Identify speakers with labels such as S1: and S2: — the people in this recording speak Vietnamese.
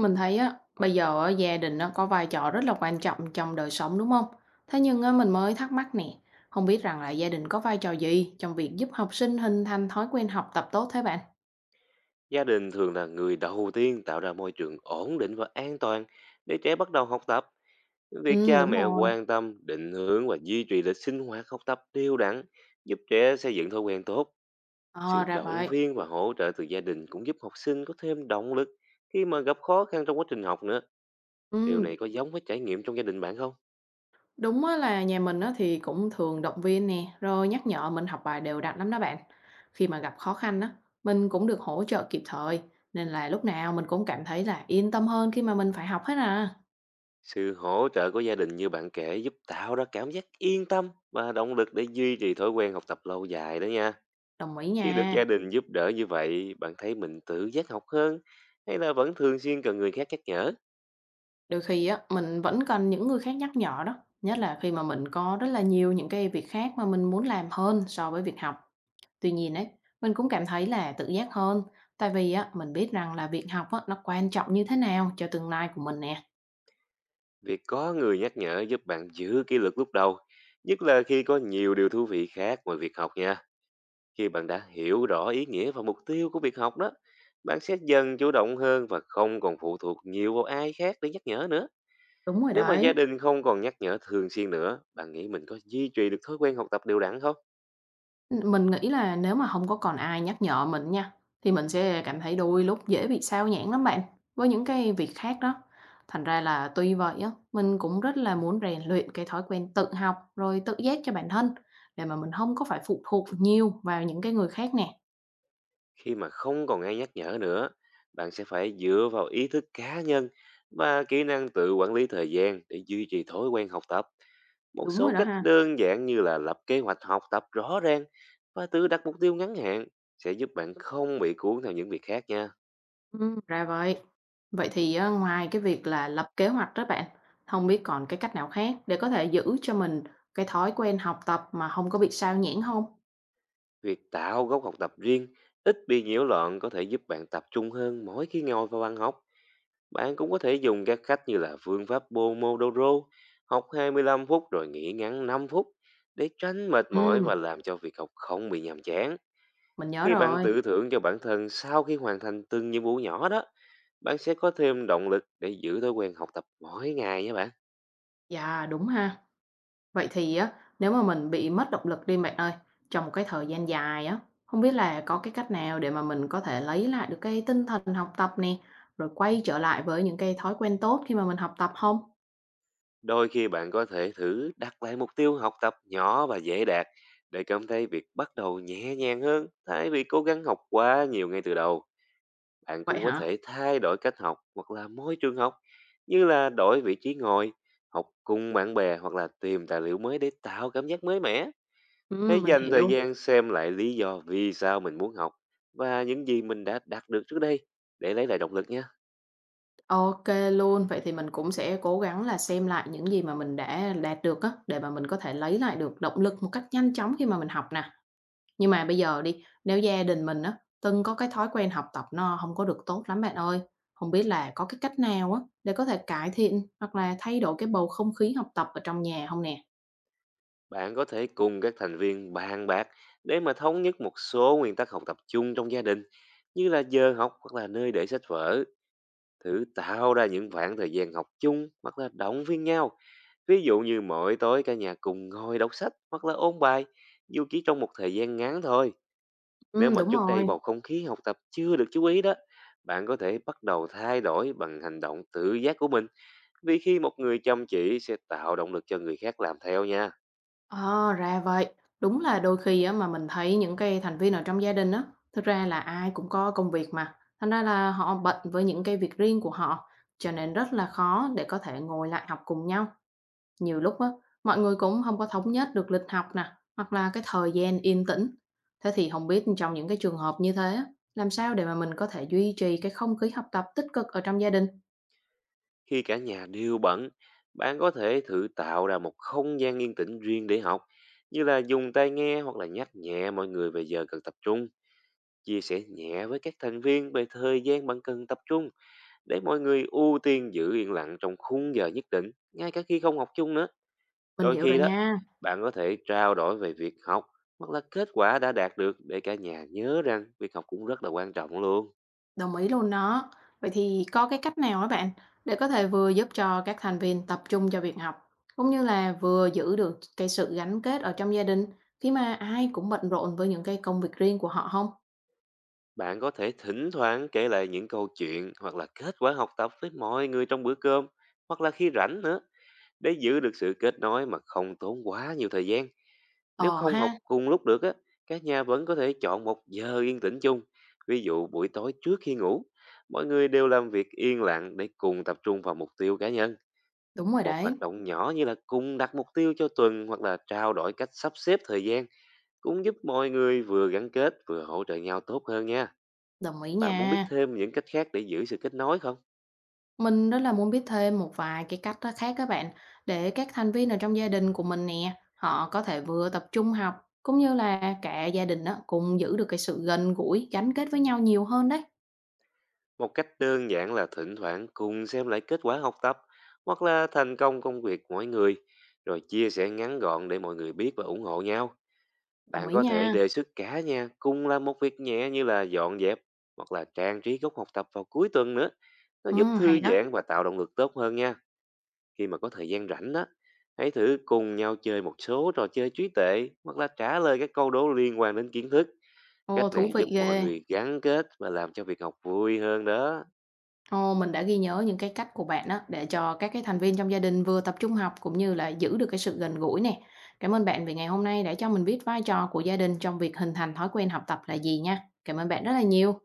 S1: Mình thấy á, bây giờ á, gia đình nó có vai trò rất là quan trọng trong đời sống đúng không? Thế nhưng á, mình mới thắc mắc nè, không biết rằng là gia đình có vai trò gì trong việc giúp học sinh hình thành thói quen học tập tốt thế bạn?
S2: Gia đình thường là người đầu tiên tạo ra môi trường ổn định và an toàn để trẻ bắt đầu học tập. Việc
S1: Ừ,
S2: cha
S1: đúng
S2: mẹ
S1: rồi.
S2: quan tâm, định hướng và duy trì lịch sinh hoạt học tập đều đặn giúp trẻ xây dựng thói quen tốt.
S1: Ờ,
S2: Sự
S1: ra
S2: động
S1: vậy.
S2: viên và hỗ trợ từ gia đình cũng giúp học sinh có thêm động lực khi mà gặp khó khăn trong quá trình học nữa. Điều
S1: Ừ,
S2: này có giống với trải nghiệm trong gia đình bạn không?
S1: đúng á, là nhà mình á, thì cũng thường động viên nè, rồi nhắc nhở mình học bài đều đặn lắm đó bạn. Khi mà gặp khó khăn á, mình cũng được hỗ trợ kịp thời, nên là lúc nào mình cũng cảm thấy là yên tâm hơn khi mà mình phải học hết à.
S2: Sự hỗ trợ của gia đình như bạn kể giúp tạo ra cảm giác yên tâm và động lực để duy trì thói quen học tập lâu dài đó nha.
S1: Đồng ý
S2: Khi được
S1: nha.
S2: gia đình giúp đỡ như vậy, bạn thấy mình tự giác học hơn hay là vẫn thường xuyên cần người khác nhắc nhở?
S1: Đôi khi á, mình vẫn cần những người khác nhắc nhở đó, nhất là khi mà mình có rất là nhiều những cái việc khác mà mình muốn làm hơn so với việc học. Tuy nhiên ấy, mình cũng cảm thấy là tự giác hơn, tại vì á, mình biết rằng là việc học á, nó quan trọng như thế nào cho tương lai của mình nè.
S2: Việc có người nhắc nhở giúp bạn giữ kỷ luật lúc đầu, nhất là khi có nhiều điều thú vị khác ngoài việc học nha. Khi bạn đã hiểu rõ ý nghĩa và mục tiêu của việc học đó, bạn sẽ dần chủ động hơn và không còn phụ thuộc nhiều vào ai khác để nhắc nhở nữa.
S1: Đúng rồi
S2: Nếu mà
S1: đấy.
S2: gia đình không còn nhắc nhở thường xuyên nữa, bạn nghĩ mình có duy trì được thói quen học tập đều đặn không?
S1: Mình nghĩ là nếu mà hông có còn ai nhắc nhở mình nha, thì mình sẽ cảm thấy đôi lúc dễ bị xao nhãng lắm bạn, với những cái việc khác đó. Thành ra là tuy vậy á, mình cũng rất là muốn rèn luyện cái thói quen tự học, rồi tự giác cho bản thân, để mà mình hông có phải phụ thuộc nhiều vào những cái người khác nè.
S2: Khi mà không còn ai nhắc nhở nữa, bạn sẽ phải dựa vào ý thức cá nhân và kỹ năng tự quản lý thời gian để duy trì thói quen học tập. Một
S1: Đúng
S2: số
S1: rồi đó
S2: cách
S1: ha.
S2: đơn giản như là lập kế hoạch học tập rõ ràng và tự đặt mục tiêu ngắn hạn sẽ giúp bạn không bị cuốn theo những việc khác nha.
S1: Ra vậy. Vậy thì á, ngoài cái việc là lập kế hoạch đó bạn, hông biết còn cái cách nào khác để có thể giữ cho mình cái thói quen học tập mà hông có bị xao nhãng hông?
S2: Việc tạo góc học tập riêng ít bị nhiễu loạn có thể giúp bạn tập trung hơn mỗi khi ngồi vào bàn học. Bạn cũng có thể dùng các cách như là phương pháp Pomodoro, học 25 phút rồi nghỉ ngắn 5 phút để tránh mệt mỏi
S1: Ừm,
S2: và làm cho việc học không bị nhàm chán.
S1: mình nhớ
S2: Khi bạn
S1: rồi.
S2: tự thưởng cho bản thân sau khi hoàn thành từng nhiệm vụ nhỏ đó, bạn sẽ có thêm động lực để giữ thói quen học tập mỗi ngày nha bạn.
S1: Dạ, đúng ha. Vậy thì á, nếu mà mình bị mất động lực đi bạn ơi, trong một cái thời gian dài á, không biết là có cái cách nào để mà mình có thể lấy lại được cái tinh thần học tập nè, rồi quay trở lại với những cái thói quen tốt khi mà mình học tập không?
S2: Đôi khi bạn có thể thử đặt lại mục tiêu học tập nhỏ và dễ đạt để cảm thấy việc bắt đầu nhẹ nhàng hơn thay vì cố gắng học quá nhiều ngay từ đầu. Bạn
S1: Vậy
S2: cũng có
S1: hả?
S2: thể thay đổi cách học hoặc là môi trường học, như là đổi vị trí ngồi, học cùng bạn bè hoặc là tìm tài liệu mới để tạo cảm giác mới mẻ. Hãy
S1: Mình
S2: dành thời
S1: hiểu.
S2: gian xem lại lý do vì sao mình muốn học và những gì mình đã đạt được trước đây để lấy lại động lực nha.
S1: OK luôn, vậy thì mình cũng sẽ cố gắng là xem lại những gì mà mình đã đạt được á, để mà mình có thể lấy lại được động lực một cách nhanh chóng khi mà mình học nè. Nhưng mà bây giờ đi, nếu gia đình mình á, từng có cái thói quen học tập nó không có được tốt lắm bạn ơi, không biết là có cái cách nào á, để có thể cải thiện hoặc là thay đổi cái bầu không khí học tập ở trong nhà không nè?
S2: Bạn có thể cùng các thành viên bàn bạc để mà thống nhất một số nguyên tắc học tập chung trong gia đình, như là giờ học hoặc là nơi để sách vở, thử tạo ra những khoảng thời gian học chung hoặc là động viên nhau. Ví dụ như mỗi tối cả nhà cùng ngồi đọc sách hoặc là ôn bài, dù chỉ trong một thời gian ngắn thôi. Nếu mà
S1: Đúng
S2: trước đây
S1: rồi.
S2: bầu không khí học tập chưa được chú ý đó, bạn có thể bắt đầu thay đổi bằng hành động tự giác của mình. Vì khi một người chăm chỉ sẽ tạo động lực cho người khác làm theo nha.
S1: Ờ, ra vậy. Đúng là đôi khi á, mà mình thấy những cái thành viên ở trong gia đình á, thực ra là ai cũng có công việc mà, thành ra là họ bận với những cái việc riêng của họ, cho nên rất là khó để có thể ngồi lại học cùng nhau. Nhiều lúc á, mọi người cũng không có thống nhất được lịch học nè, hoặc là cái thời gian yên tĩnh. Thế thì không biết trong những cái trường hợp như thế á, làm sao để mà mình có thể duy trì cái không khí học tập tích cực ở trong gia đình?
S2: Khi cả nhà đều bận, bạn có thể thử tạo ra một không gian yên tĩnh riêng để học, như là dùng tai nghe hoặc là nhắc nhẹ mọi người về giờ cần tập trung, chia sẻ nhẹ với các thành viên về thời gian bạn cần tập trung để mọi người ưu tiên giữ yên lặng trong khung giờ nhất định, ngay cả khi không học chung nữa.
S1: Mình
S2: Đôi
S1: hiểu
S2: khi
S1: rồi
S2: đó,
S1: nha,
S2: bạn có thể trao đổi về việc học hoặc là kết quả đã đạt được để cả nhà nhớ rằng việc học cũng rất là quan trọng luôn.
S1: đồng ý luôn đó. Vậy thì có cái cách nào á bạn, để có thể vừa giúp cho các thành viên tập trung cho việc học, cũng như là vừa giữ được cái sự gắn kết ở trong gia đình khi mà ai cũng bận rộn với những cái công việc riêng của họ không?
S2: Bạn có thể thỉnh thoảng kể lại những câu chuyện hoặc là kết quả học tập với mọi người trong bữa cơm hoặc là khi rảnh nữa để giữ được sự kết nối mà không tốn quá nhiều thời gian. Nếu
S1: Ờ
S2: không
S1: ha,
S2: học cùng lúc được á, các nhà vẫn có thể chọn một giờ yên tĩnh chung. Ví dụ buổi tối trước khi ngủ, mọi người đều làm việc yên lặng để cùng tập trung vào mục tiêu cá nhân.
S1: đúng rồi
S2: Một
S1: đấy,
S2: hoạt động nhỏ như là cùng đặt mục tiêu cho tuần hoặc là trao đổi cách sắp xếp thời gian cũng giúp mọi người vừa gắn kết vừa hỗ trợ nhau tốt hơn nha.
S1: đồng ý
S2: Bạn muốn biết
S1: nha.
S2: thêm những cách khác để giữ sự kết nối không?
S1: Mình rất là muốn biết thêm một vài cái cách á khác các bạn, để các thành viên ở trong gia đình của mình nè, họ có thể vừa tập trung học, cũng như là cả gia đình đó cùng giữ được cái sự gần gũi, gắn kết với nhau nhiều hơn đấy.
S2: Một cách đơn giản là thỉnh thoảng cùng xem lại kết quả học tập hoặc là thành công công việc mỗi người, rồi chia sẻ ngắn gọn để mọi người biết và ủng hộ nhau.
S1: Đồng
S2: Bạn
S1: ý
S2: có thể
S1: nha.
S2: đề xuất cả nhà cùng làm một việc nhẹ như là dọn dẹp hoặc là trang trí góc học tập vào cuối tuần nữa. Nó giúp thư
S1: Hay đó.
S2: giãn và tạo động lực tốt hơn nha. Khi mà có thời gian rảnh đó, hãy thử cùng nhau chơi một số trò chơi trí tuệ hoặc là trả lời các câu đố liên quan đến kiến thức.
S1: Ồ,
S2: Cách
S1: thú
S2: này
S1: vị
S2: giúp mọi
S1: ghê.
S2: người gắn kết và làm cho việc học vui hơn đó.
S1: Ồ, mình đã ghi nhớ những cái cách của bạn đó để cho các cái thành viên trong gia đình vừa tập trung học, cũng như là giữ được cái sự gần gũi nè. Cảm ơn bạn vì ngày hôm nay đã cho mình biết vai trò của gia đình trong việc hình thành thói quen học tập là gì nha. Cảm ơn bạn rất là nhiều.